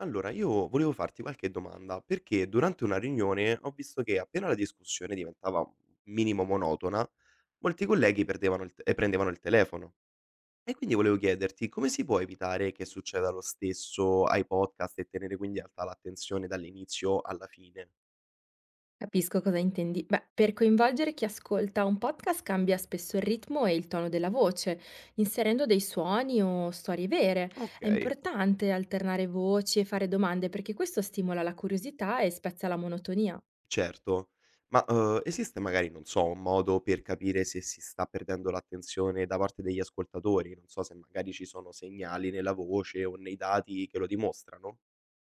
Allora, io volevo farti qualche domanda, perché durante una riunione ho visto che appena la discussione diventava un minimo monotona, molti colleghi perdevano il e prendevano il telefono. E quindi volevo chiederti come si può evitare che succeda lo stesso ai podcast e tenere quindi alta l'attenzione dall'inizio alla fine? Capisco cosa intendi. Beh, per coinvolgere chi ascolta un podcast cambia spesso il ritmo e il tono della voce, inserendo dei suoni o storie vere. Ok, È importante alternare voci e fare domande perché questo stimola la curiosità e spezza la monotonia. certo. Ma esiste magari, non so, un modo per capire se si sta perdendo l'attenzione da parte degli ascoltatori? Non so se magari ci sono segnali nella voce o nei dati che lo dimostrano.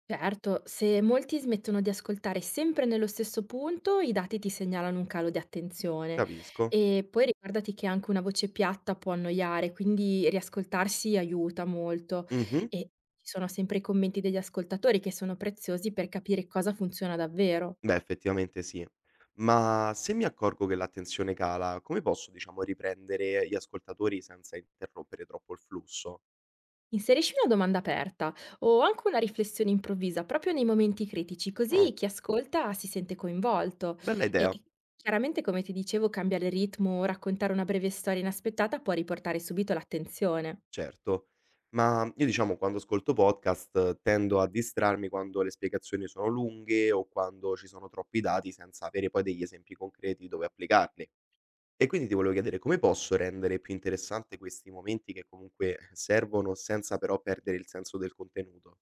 Certo, se molti smettono di ascoltare sempre nello stesso punto, i dati ti segnalano un calo di attenzione. Capisco. E poi ricordati che anche una voce piatta può annoiare, quindi riascoltarsi aiuta molto. Mh-mh. E ci sono sempre i commenti degli ascoltatori che sono preziosi per capire cosa funziona davvero. Beh, effettivamente sì. Ma se mi accorgo che l'attenzione cala, come posso, diciamo, riprendere gli ascoltatori senza interrompere troppo il flusso? Inserisci una domanda aperta o anche una riflessione improvvisa proprio nei momenti critici, così Oh, chi ascolta si sente coinvolto. bella idea, E chiaramente, come ti dicevo, cambiare ritmo o raccontare una breve storia inaspettata può riportare subito l'attenzione. certo. Ma io, diciamo, quando ascolto podcast tendo a distrarmi quando le spiegazioni sono lunghe o quando ci sono troppi dati senza avere poi degli esempi concreti dove applicarli. E quindi ti volevo chiedere come posso rendere più interessante questi momenti che comunque servono senza però perdere il senso del contenuto?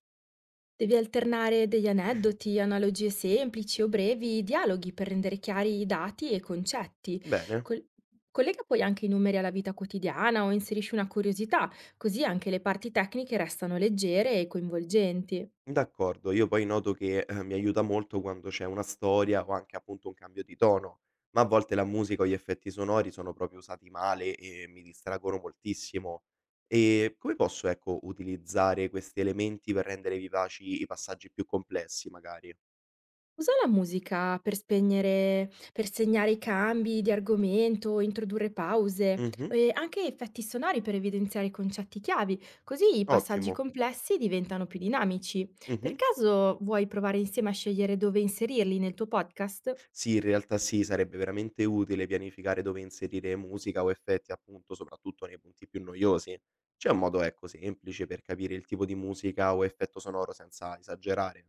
Devi alternare degli aneddoti, analogie semplici o brevi, dialoghi per rendere chiari i dati e i concetti. Bene, Col- Collega poi anche i numeri alla vita quotidiana o inserisci una curiosità, così anche le parti tecniche restano leggere e coinvolgenti. d'accordo. Io poi noto che, mi aiuta molto quando c'è una storia o anche appunto un cambio di tono, ma a volte la musica o gli effetti sonori sono proprio usati male e mi distraggono moltissimo. E come posso, ecco, utilizzare questi elementi per rendere vivaci i passaggi più complessi, magari? Usa la musica per spegnere per segnare i cambi di argomento, introdurre pause Mh-mh, e anche effetti sonori per evidenziare i concetti chiavi, così i passaggi ottimo. complessi diventano più dinamici. Per Mh-mh. caso vuoi provare insieme a scegliere dove inserirli nel tuo podcast? Sì, in realtà sì, sarebbe veramente utile pianificare dove inserire musica o effetti, appunto, soprattutto nei punti più noiosi. C'è un modo, ecco, semplice per capire il tipo di musica o effetto sonoro senza esagerare?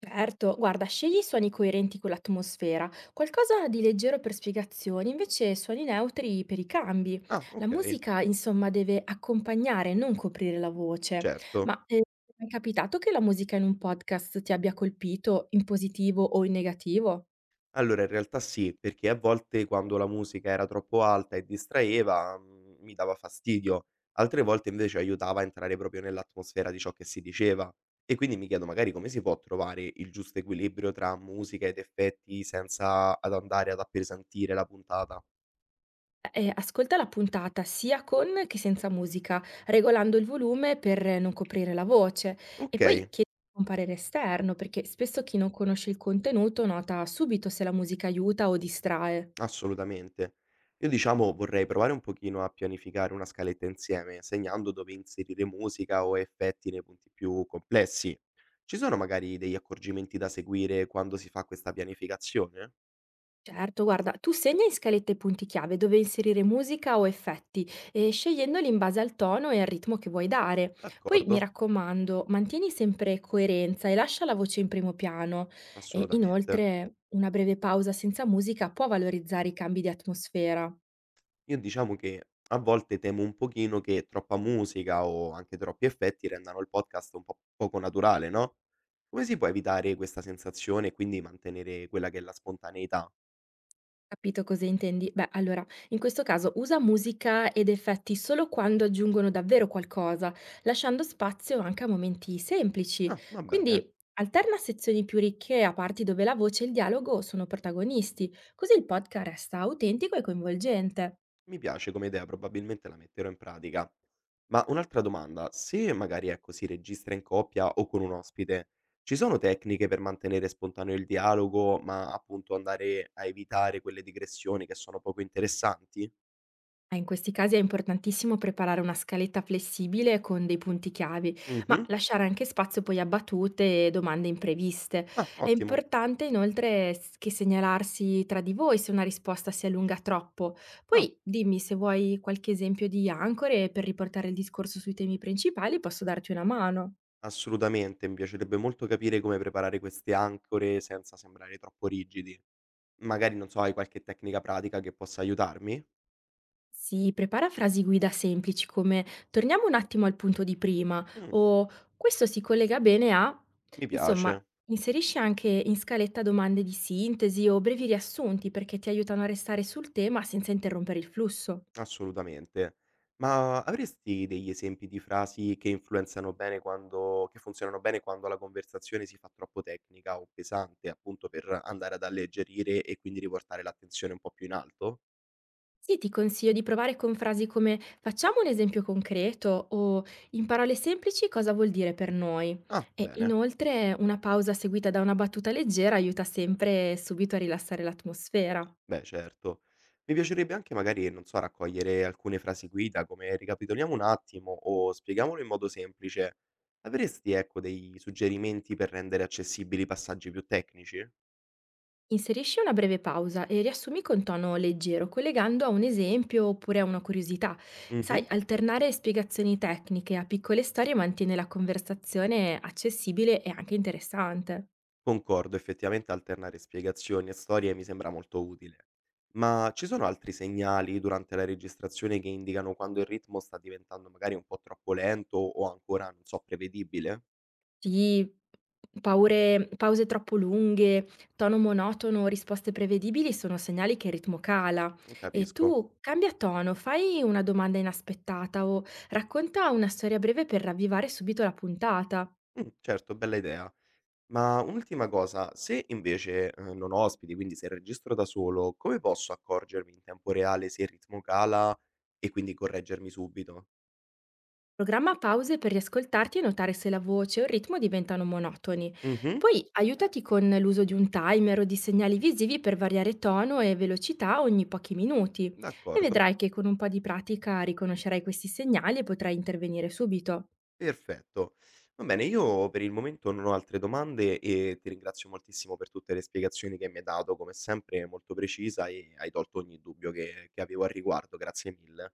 Certo, guarda, scegli suoni coerenti con l'atmosfera, qualcosa di leggero per spiegazioni, invece suoni neutri per i cambi. Ah, La ok, musica, insomma, deve accompagnare, non coprire la voce. certo. Ma ti è mai capitato che la musica in un podcast ti abbia colpito in positivo o in negativo? Allora in realtà sì, perché a volte quando la musica era troppo alta e distraeva, mi dava fastidio, altre volte invece aiutava a entrare proprio nell'atmosfera di ciò che si diceva. E quindi mi chiedo magari come si può trovare il giusto equilibrio tra musica ed effetti senza ad andare ad appesantire la puntata. Ascolta la puntata sia con che senza musica, regolando il volume per non coprire la voce e poi Okay. chiedi un parere esterno, perché spesso chi non conosce il contenuto nota subito se la musica aiuta o distrae. Assolutamente. Io diciamo vorrei provare un pochino a pianificare una scaletta insieme, segnando dove inserire musica o effetti nei punti più complessi. Ci sono magari degli accorgimenti da seguire quando si fa questa pianificazione? Certo, guarda, tu segna in scalette i punti chiave dove inserire musica o effetti, e scegliendoli in base al tono e al ritmo che vuoi dare. Poi mi D'accordo, raccomando, mantieni sempre coerenza e lascia la voce in primo piano. E assolutamente. inoltre, una breve pausa senza musica può valorizzare i cambi di atmosfera. Io diciamo che a volte temo un pochino che troppa musica o anche troppi effetti rendano il podcast un po' poco naturale, no? Come si può evitare questa sensazione e quindi mantenere quella che è la spontaneità? Capito cosa intendi. Beh, allora, in questo caso usa musica ed effetti solo quando aggiungono davvero qualcosa, lasciando spazio anche a momenti semplici. Ah, va bene. Quindi alterna sezioni più ricche a parti dove la voce e il dialogo sono protagonisti, così il podcast resta autentico e coinvolgente. Mi piace come idea, probabilmente la metterò in pratica. Ma un'altra domanda, se magari ecco si registra in coppia o con un ospite, ci sono tecniche per mantenere spontaneo il dialogo, ma appunto andare a evitare quelle digressioni che sono poco interessanti? In questi casi è importantissimo preparare una scaletta flessibile con dei punti chiave, ma Mh-mh. lasciare anche spazio poi a battute e domande impreviste. Ah, È ottimo. importante inoltre che segnalarsi tra di voi se una risposta si allunga troppo. Ah, Poi dimmi se vuoi qualche esempio di ancore per riportare il discorso sui temi principali, posso darti una mano. assolutamente, mi piacerebbe molto capire come preparare queste ancore senza sembrare troppo rigidi. Magari, non so, hai qualche tecnica pratica che possa aiutarmi? Si prepara frasi guida semplici come torniamo un attimo al punto di prima Mh, o questo si collega bene a... mi Insomma, piace. inserisci anche in scaletta domande di sintesi o brevi riassunti perché ti aiutano a restare sul tema senza interrompere il flusso. Assolutamente. Ma avresti degli esempi di frasi che influenzano bene quando che funzionano bene quando la conversazione si fa troppo tecnica o pesante, appunto per andare ad alleggerire e quindi riportare l'attenzione un po' più in alto? Sì, ti consiglio di provare con frasi come facciamo un esempio concreto o in parole semplici cosa vuol dire per noi. Ah, E bene. inoltre una pausa seguita da una battuta leggera aiuta sempre subito a rilassare l'atmosfera. Beh, certo. Mi piacerebbe anche magari, non so, raccogliere alcune frasi guida come ricapitoliamo un attimo o spieghiamolo in modo semplice. Avresti, ecco, dei suggerimenti per rendere accessibili i passaggi più tecnici? Inserisci una breve pausa e riassumi con tono leggero, collegando a un esempio oppure a una curiosità. Sai, Mhm. alternare spiegazioni tecniche a piccole storie mantiene la conversazione accessibile e anche interessante. Concordo, effettivamente alternare spiegazioni e storie mi sembra molto utile. Ma ci sono altri segnali durante la registrazione che indicano quando il ritmo sta diventando magari un po' troppo lento o ancora, non so, prevedibile? Sì, pause troppo lunghe, tono monotono, risposte prevedibili sono segnali che il ritmo cala. Non E capisco. tu cambia tono, fai una domanda inaspettata o racconta una storia breve per ravvivare subito la puntata. Mm, certo, bella idea. Ma un'ultima cosa, se invece non ho ospiti, quindi se registro da solo, come posso accorgermi in tempo reale se il ritmo cala e quindi correggermi subito? Programma pause per riascoltarti e notare se la voce o il ritmo diventano monotoni. Mhm, Poi aiutati con l'uso di un timer o di segnali visivi per variare tono e velocità ogni pochi minuti e d'accordo. vedrai che con un po' di pratica riconoscerai questi segnali e potrai intervenire subito. Perfetto. Va bene, io per il momento non ho altre domande e ti ringrazio moltissimo per tutte le spiegazioni che mi hai dato, come sempre molto precisa e hai tolto ogni dubbio che avevo al riguardo. Grazie mille.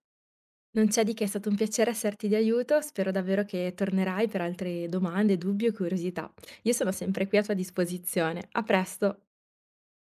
Non c'è di che, è stato un piacere esserti di aiuto, spero davvero che tornerai per altre domande, dubbi o curiosità. Io sono sempre qui a tua disposizione. A presto!